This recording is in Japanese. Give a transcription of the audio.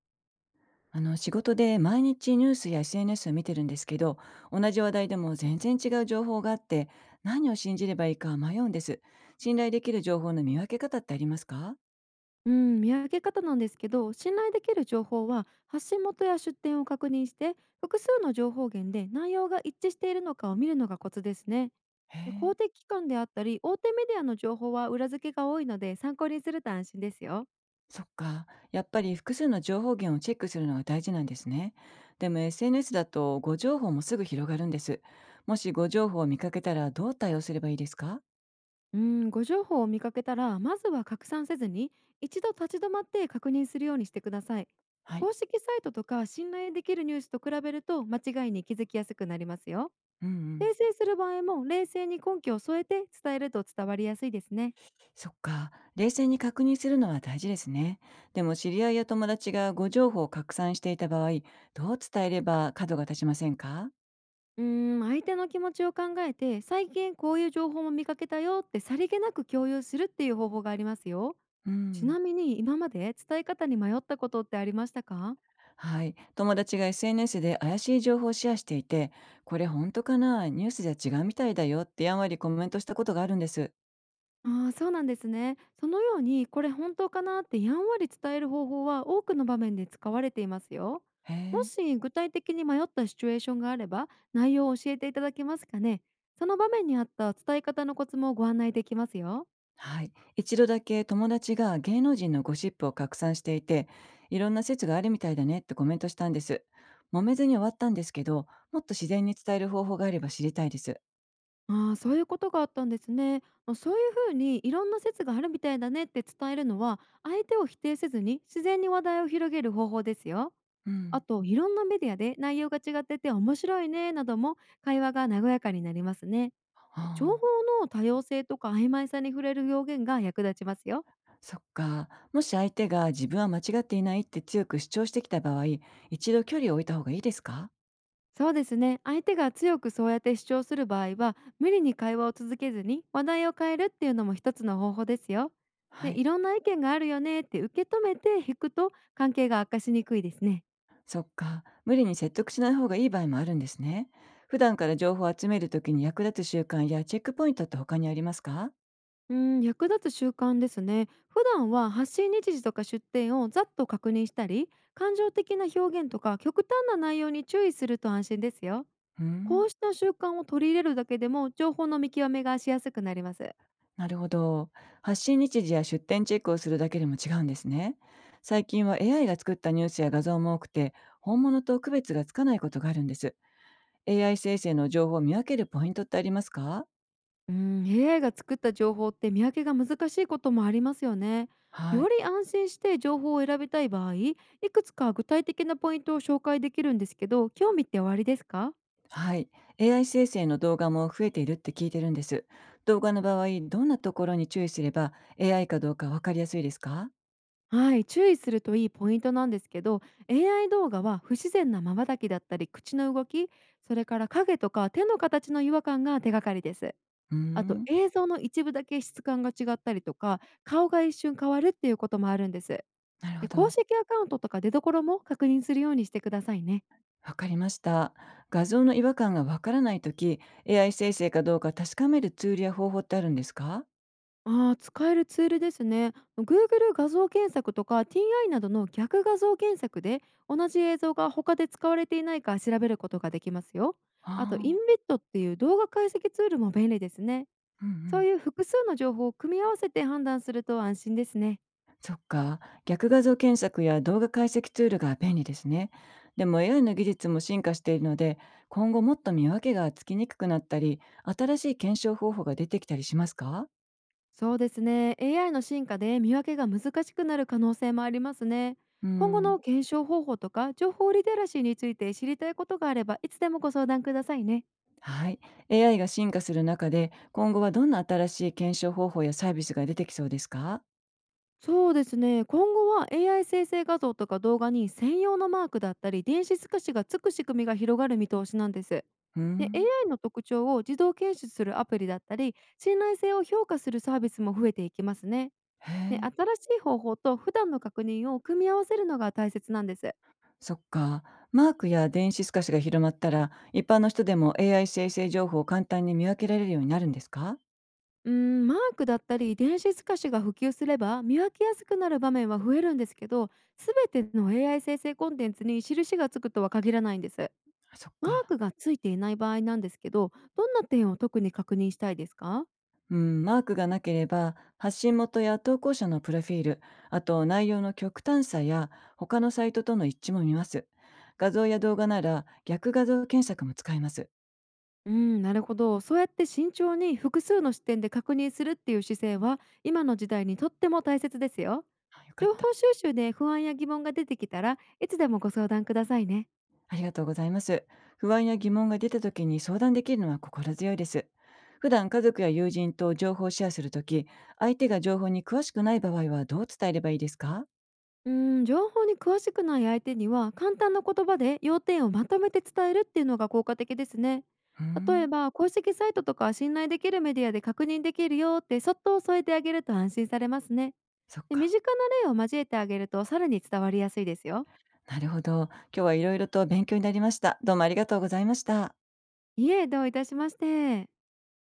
仕事で毎日ニュースや SNS を見てるんですけど、同じ話題でも全然違う情報があって、何を信じればいいか迷うんです。信頼できる情報の見分け方ってありますか？うん、見分け方なんですけど、信頼できる情報は発信元や出典を確認して、複数の情報源で内容が一致しているのかを見るのがコツですね。へで、公え。的機関であったり大手メディアの情報は裏付けが多いので参考にすると安心ですよ。そっか、やっぱり複数の情報源をチェックするのが大事なんですね。でも SNS だと誤情報もすぐ広がるんです。もし誤情報を見かけたらどう対応すればいいですか？うん、ご情報を見かけたら、まずは拡散せずに一度立ち止まって確認するようにしてください。はい。公式サイトとか信頼できるニュースと比べると間違いに気づきやすくなりますよ。うん、うん。訂正する場合も冷静に根拠を添えて伝えると伝わりやすいですね。そっか。冷静に確認するのは大事ですね。でも知り合いや友達が誤情報を拡散していた場合、どう伝えれば角が立ちませんか？相手の気持ちを考えて、最近こういう情報も見かけたよってさりげなく共有するっていう方法がありますよ。うちん。なみに今まで伝え方に迷ったことってありましたか？はい。友達が SNS で怪しい情報をシェアしていて、これ本当かな、ニュースじゃ違うみたいだよってやんわりコメントしたことがあるんです。ああ、そうなんですね。そのように、これ本当かなってやんわり伝える方法は多くの場面で使われていますよ。へもえ。し具体的に迷ったシチュエーションがあれば、内容を教えていただけますかね。その場面に合った伝え方のコツもご案内できますよ。はい。一度だけ友達が芸能人のゴシップを拡散していて、いろんな説があるみたいだねってコメントしたんです。揉めずに終わったんですけど、もっと自然に伝える方法があれば知りたいです。ああ、そういうことがあったんですね。あ、そういうふうにいろんな説があるみたいだねって伝えるのは、相手を否定せずに自然に話題を広げる方法ですよ。うあん。と、いろんなメディアで内容が違ってて面白いねなども会話が和やかになりますね。情報ああ。の多様性とか曖昧さに触れる表現が役立ちますよ。そっか。もし相手が自分は間違っていないって強く主張してきた場合、一度距離を置いた方がいいですか？そうですね、相手が強くそうやって主張する場合は無理に会話を続けずに話題を変えるっていうのも一つの方法ですよ。はで、い。いろんな意見があるよねって受け止めて引くと関係が悪化しにくいですね。そっか。無理に説得しない方がいい場合もあるんですね。普段から情報を集めるときに役立つ習慣やチェックポイントって他にありますか？うん、役立つ習慣ですね。普段は発信日時とか出典をざっと確認したり、感情的な表現とか極端な内容に注意すると安心ですよ。うこん。うした習慣を取り入れるだけでも情報の見極めがしやすくなります。なるほど。発信日時や出店チェックをするだけでも違うんですね。最近は AI が作ったニュースや画像も多くて、本物と区別がつかないことがあるんです。AI 生成の情報を見分けるポイントってありますか？うん、AI が作った情報って見分けが難しいこともありますよね。はよい。り安心して情報を選びたい場合、いくつか具体的なポイントを紹介できるんですけど、興味っておありですか？はい。AI 生成の動画も増えているって聞いてるんです。動画の場合、どんなところに注意すれば AI かどうかわかりやすいですか？はい、注意するといいポイントなんですけど、AI 動画は不自然な瞬きだったり、口の動き、それから影とか手の形の違和感が手がかりです。うーあと、ん。映像の一部だけ質感が違ったりとか、顔が一瞬変わるっていうこともあるんです。なるほで、公ど。式アカウントとか出所も確認するようにしてくださいね。わかりました。画像の違和感がわからないとき、AI 生成かどうか確かめるツールや方法ってあるんですか？ああ、使えるツールですね。Google 画像検索とか TI などの逆画像検索で同じ映像が他で使われていないか調べることができますよ。あと、あインあ。ベッドっていう動画解析ツールも便利ですね。うん、うそうん。いう複数の情報を組み合わせて判断すると安心ですね。そっか。逆画像検索や動画解析ツールが便利ですね。でも AI の技術も進化しているので、今後もっと見分けがつきにくくなったり、新しい検証方法が出てきたりしますか？そうですね。AI の進化で見分けが難しくなる可能性もありますね。う今後ん。の検証方法とか情報リテラシーについて知りたいことがあればいつでもご相談くださいね。はい。AI が進化する中で、今後はどんな新しい検証方法やサービスが出てきそうですか？そうですね。今後は AI 生成画像とか動画に専用のマークだったり電子透かしがつく仕組みが広がる見通しなんです。うで、 ん。AI の特徴を自動検出するアプリだったり信頼性を評価するサービスも増えていきますね。へで、え。新しい方法と普段の確認を組み合わせるのが大切なんです。そっか。マークや電子透かしが広まったら、一般の人でも AI 生成情報を簡単に見分けられるようになるんですか？マークだったり電子透かしが普及すれば見分けやすくなる場面は増えるんですけど、全ての AI 生成コンテンツに印がつくとは限らないんです。あ、そっマーか。クがついていない場合なんですけど、どんな点を特に確認したいですか？うん、マークがなければ発信元や投稿者のプロフィール、あと内容の極端さや他のサイトとの一致も見ます。画像や動画なら逆画像検索も使えます。うん、なるほど、そうやって慎重に複数の視点で確認するっていう姿勢は今の時代にとっても大切ですよ。あ、よかっ情た。報収集で不安や疑問が出てきたらいつでもご相談くださいね。ありがとうございます。不安や疑問が出た時に相談できるのは心強いです。普段家族や友人と情報をシェアするとき、相手が情報に詳しくない場合はどう伝えればいいですか？情報に詳しくない相手には簡単な言葉で要点をまとめて伝えるっていうのが効果的ですね。うー例えんば、公式サイトとか信頼できるメディアで確認できるよってそっと添えてあげると安心されますね。そっで、身か。近な例を交えてあげるとさらに伝わりやすいですよ。なるほど。今日はいろいろと勉強になりました。どうもありがとうございました。いえ、どういたしまして。